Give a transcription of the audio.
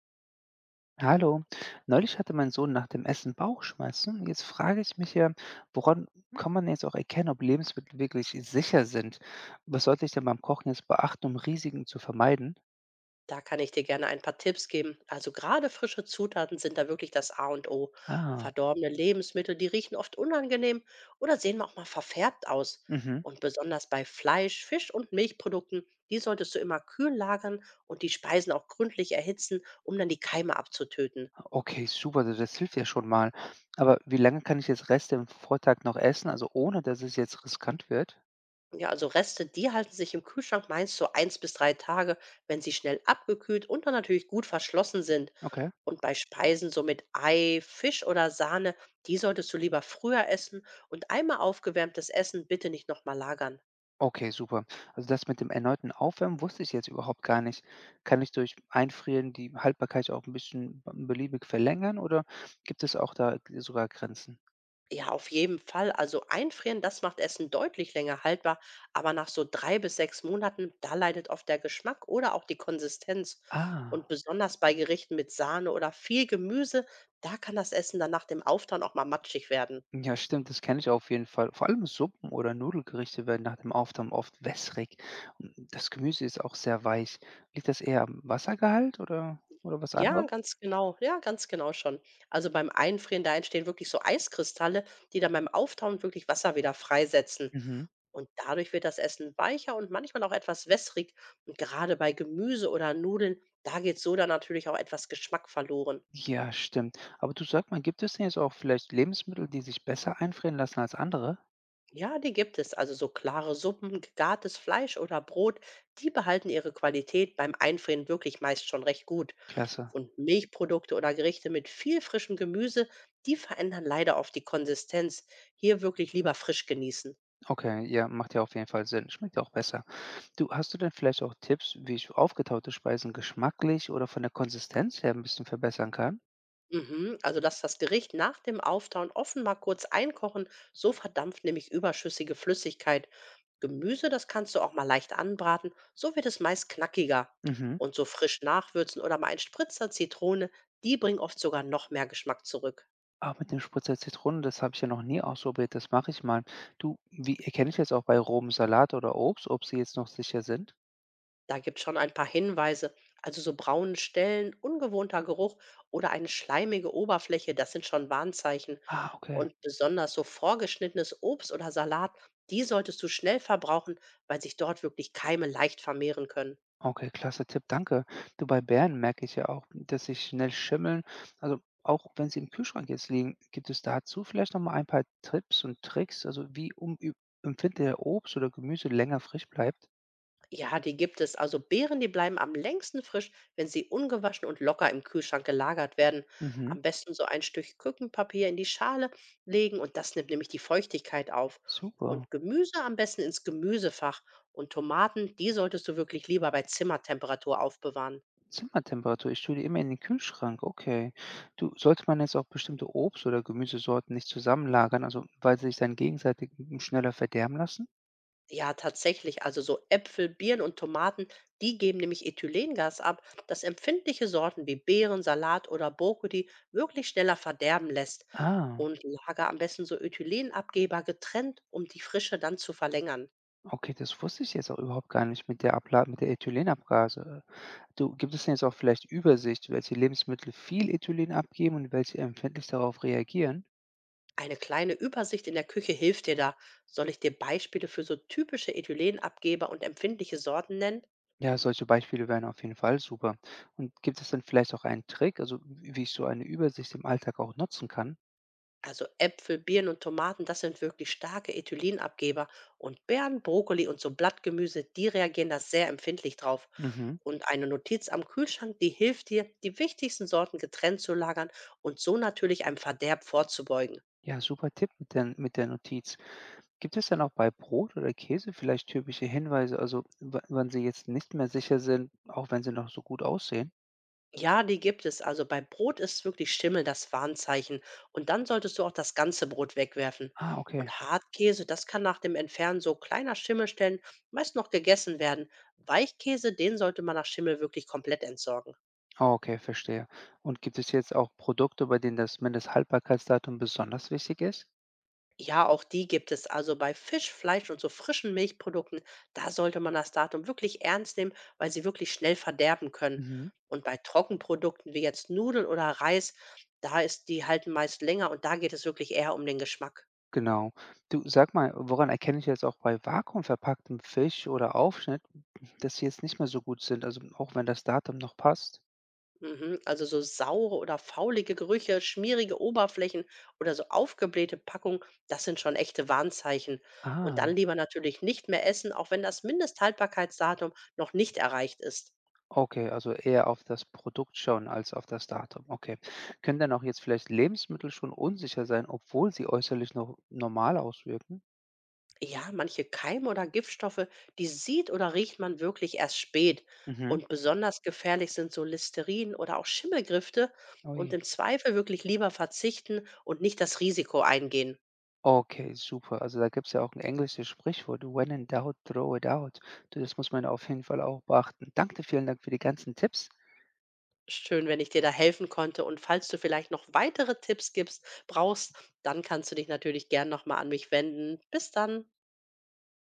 Hallo, neulich hatte mein Sohn nach dem Essen Bauchschmerzen. Jetzt frage ich mich ja, woran kann man jetzt auch erkennen, ob Lebensmittel wirklich sicher sind? Was sollte ich denn beim Kochen jetzt beachten, um Risiken zu vermeiden? Da kann ich dir gerne ein paar Tipps geben. Also gerade frische Zutaten sind da wirklich das A und O. Ah, Verdorbene Lebensmittel, die riechen oft unangenehm oder sehen auch mal verfärbt aus. mhm. Und besonders bei Fleisch, Fisch und Milchprodukten, die solltest du immer kühl lagern und die Speisen auch gründlich erhitzen, um dann die Keime abzutöten. Okay, super, das hilft ja schon mal. Aber wie lange kann ich jetzt Reste im Vortag noch essen, also ohne dass es jetzt riskant wird? Ja, also Reste, die halten sich im Kühlschrank meist so 1 bis 3 Tage, wenn sie schnell abgekühlt und dann natürlich gut verschlossen sind. Okay. Und bei Speisen so mit Ei, Fisch oder Sahne, die solltest du lieber früher essen und einmal aufgewärmtes Essen bitte nicht nochmal lagern. Okay, super. Also das mit dem erneuten Aufwärmen wusste ich jetzt überhaupt gar nicht. Kann ich durch Einfrieren die Haltbarkeit auch ein bisschen beliebig verlängern oder gibt es auch da sogar Grenzen? Ja, auf jeden Fall. Also einfrieren, das macht Essen deutlich länger haltbar, aber nach so 3 bis 6 Monaten, da leidet oft der Geschmack oder auch die Konsistenz. Und Ah, besonders bei Gerichten mit Sahne oder viel Gemüse, da kann das Essen dann nach dem Auftauen auch mal matschig werden. ja, stimmt, das kenne ich auf jeden Fall. Vor allem Suppen oder Nudelgerichte werden nach dem Aufwärmen oft wässrig. Und das Gemüse ist auch sehr weich. Liegt das eher am Wassergehalt oder was Ja, anderem? ganz genau. Ja, ganz genau schon. Also beim Einfrieren, da entstehen wirklich so Eiskristalle, die dann beim Auftauen wirklich Wasser wieder freisetzen. Mhm. Und dadurch wird das Essen weicher und manchmal auch etwas wässrig. Und gerade bei Gemüse oder Nudeln, da geht so dann natürlich auch etwas Geschmack verloren. Ja, stimmt. Aber du, sag mal, gibt es denn jetzt auch vielleicht Lebensmittel, die sich besser einfrieren lassen als andere? Ja, die gibt es. Also so klare Suppen, gegartes Fleisch oder Brot, die behalten ihre Qualität beim Einfrieren wirklich meist schon recht gut. Klasse. Und Milchprodukte oder Gerichte mit viel frischem Gemüse, die verändern leider oft die Konsistenz. Hier wirklich lieber frisch genießen. Okay, ja, macht ja auf jeden Fall Sinn. Schmeckt ja auch besser. Du, hast du denn vielleicht auch Tipps, wie ich aufgetaute Speisen geschmacklich oder von der Konsistenz her ein bisschen verbessern kann? Mhm, also lass das Gericht nach dem Auftauen offen mal kurz einkochen, so verdampft nämlich überschüssige Flüssigkeit. Gemüse, das kannst du auch mal leicht anbraten, so wird es meist knackiger. Mhm. Und so frisch nachwürzen oder mal ein Spritzer Zitrone, die bringen oft sogar noch mehr Geschmack zurück. Ah, mit dem Spritzer Zitrone, das habe ich ja noch nie ausprobiert. Das mache ich mal. Du, wie erkenne ich jetzt auch bei rohem Salat oder Obst, ob sie jetzt noch sicher sind? Da gibt's schon ein paar Hinweise. Also so braune Stellen, ungewohnter Geruch oder eine schleimige Oberfläche, das sind schon Warnzeichen. Ah, okay. Und besonders so vorgeschnittenes Obst oder Salat, die solltest du schnell verbrauchen, weil sich dort wirklich Keime leicht vermehren können. Okay, klasse Tipp, danke. Du, bei Bären merke ich ja auch, dass sie schnell schimmeln. Also auch wenn sie im Kühlschrank jetzt liegen, gibt es dazu vielleicht noch mal ein paar Tipps und Tricks, also wie empfindlich der Obst oder Gemüse länger frisch bleibt? Ja, die gibt es. Also Beeren, die bleiben am längsten frisch, wenn sie ungewaschen und locker im Kühlschrank gelagert werden. Mhm, Am besten so ein Stück Küchenpapier in die Schale legen und das nimmt nämlich die Feuchtigkeit auf. super. Und Gemüse am besten ins Gemüsefach. Und Tomaten, die solltest du wirklich lieber bei Zimmertemperatur aufbewahren. Zimmertemperatur, ich tue die immer in den Kühlschrank, okay. Du, sollte man jetzt auch bestimmte Obst- oder Gemüsesorten nicht zusammenlagern, also weil sie sich dann gegenseitig schneller verderben lassen? Ja, tatsächlich. Also so Äpfel, Birnen und Tomaten, die geben nämlich Ethylengas ab, das empfindliche Sorten wie Beeren, Salat oder Brokkoli wirklich schneller verderben lässt. Ah, Und lager am besten so Ethylenabgeber getrennt, um die Frische dann zu verlängern. okay, das wusste ich jetzt auch überhaupt gar nicht mit der Abla mit der Ethylenabgase. Du, gibt es denn jetzt auch vielleicht Übersicht, welche Lebensmittel viel Ethylen abgeben und welche empfindlich darauf reagieren? Eine kleine Übersicht in der Küche hilft dir da. Soll ich dir Beispiele für so typische Ethylenabgeber und empfindliche Sorten nennen? Ja, solche Beispiele wären auf jeden Fall super. Und gibt es dann vielleicht auch einen Trick, also wie ich so eine Übersicht im Alltag auch nutzen kann? Also Äpfel, Birnen und Tomaten, das sind wirklich starke Ethylenabgeber. Und Beeren, Brokkoli und so Blattgemüse, die reagieren da sehr empfindlich drauf. Mhm. Und eine Notiz am Kühlschrank, die hilft dir, die wichtigsten Sorten getrennt zu lagern und so natürlich einem Verderb vorzubeugen. Ja, super Tipp mit der Notiz. Gibt es dann auch bei Brot oder Käse vielleicht typische Hinweise, also wann sie jetzt nicht mehr sicher sind, auch wenn sie noch so gut aussehen? Ja, die gibt es. Also bei Brot ist wirklich Schimmel das Warnzeichen. Und dann solltest du auch das ganze Brot wegwerfen. Ah, okay. Und Hartkäse, das kann nach dem Entfernen so kleiner Schimmelstellen meist noch gegessen werden. Weichkäse, den sollte man nach Schimmel wirklich komplett entsorgen. Ah, okay, verstehe. Und gibt es jetzt auch Produkte, bei denen das Mindesthaltbarkeitsdatum besonders wichtig ist? Ja, auch die gibt es. Also bei Fisch, Fleisch und so frischen Milchprodukten, da sollte man das Datum wirklich ernst nehmen, weil sie wirklich schnell verderben können. Mhm, Und bei Trockenprodukten wie jetzt Nudeln oder Reis, da ist die halten meist länger und da geht es wirklich eher um den Geschmack. genau. Du, sag mal, woran erkenne ich jetzt auch bei vakuumverpacktem Fisch oder Aufschnitt, dass sie jetzt nicht mehr so gut sind, also auch wenn das Datum noch passt? Mhm. Also so saure oder faulige Gerüche, schmierige Oberflächen oder so aufgeblähte Packungen, das sind schon echte Warnzeichen. Und Ah, dann lieber natürlich nicht mehr essen, auch wenn das Mindesthaltbarkeitsdatum noch nicht erreicht ist. okay, also eher auf das Produkt schauen als auf das Datum. Okay. Können dann auch jetzt vielleicht Lebensmittel schon unsicher sein, obwohl sie äußerlich noch normal auswirken? Ja, manche Keime oder Giftstoffe, die sieht oder riecht man wirklich erst spät. Mhm. Und besonders gefährlich sind so Listerin oder auch Schimmelgrifte und Ui. im Zweifel wirklich lieber verzichten und nicht das Risiko eingehen. Okay, super. Also da gibt es ja auch ein englisches Sprichwort, when in doubt, throw it out. Du, das muss man auf jeden Fall auch beachten. Danke, vielen Dank für die ganzen Tipps. Schön, wenn ich dir da helfen konnte. Und falls du vielleicht noch weitere Tipps gibst, brauchst, dann kannst du dich natürlich gern nochmal an mich wenden. Bis dann.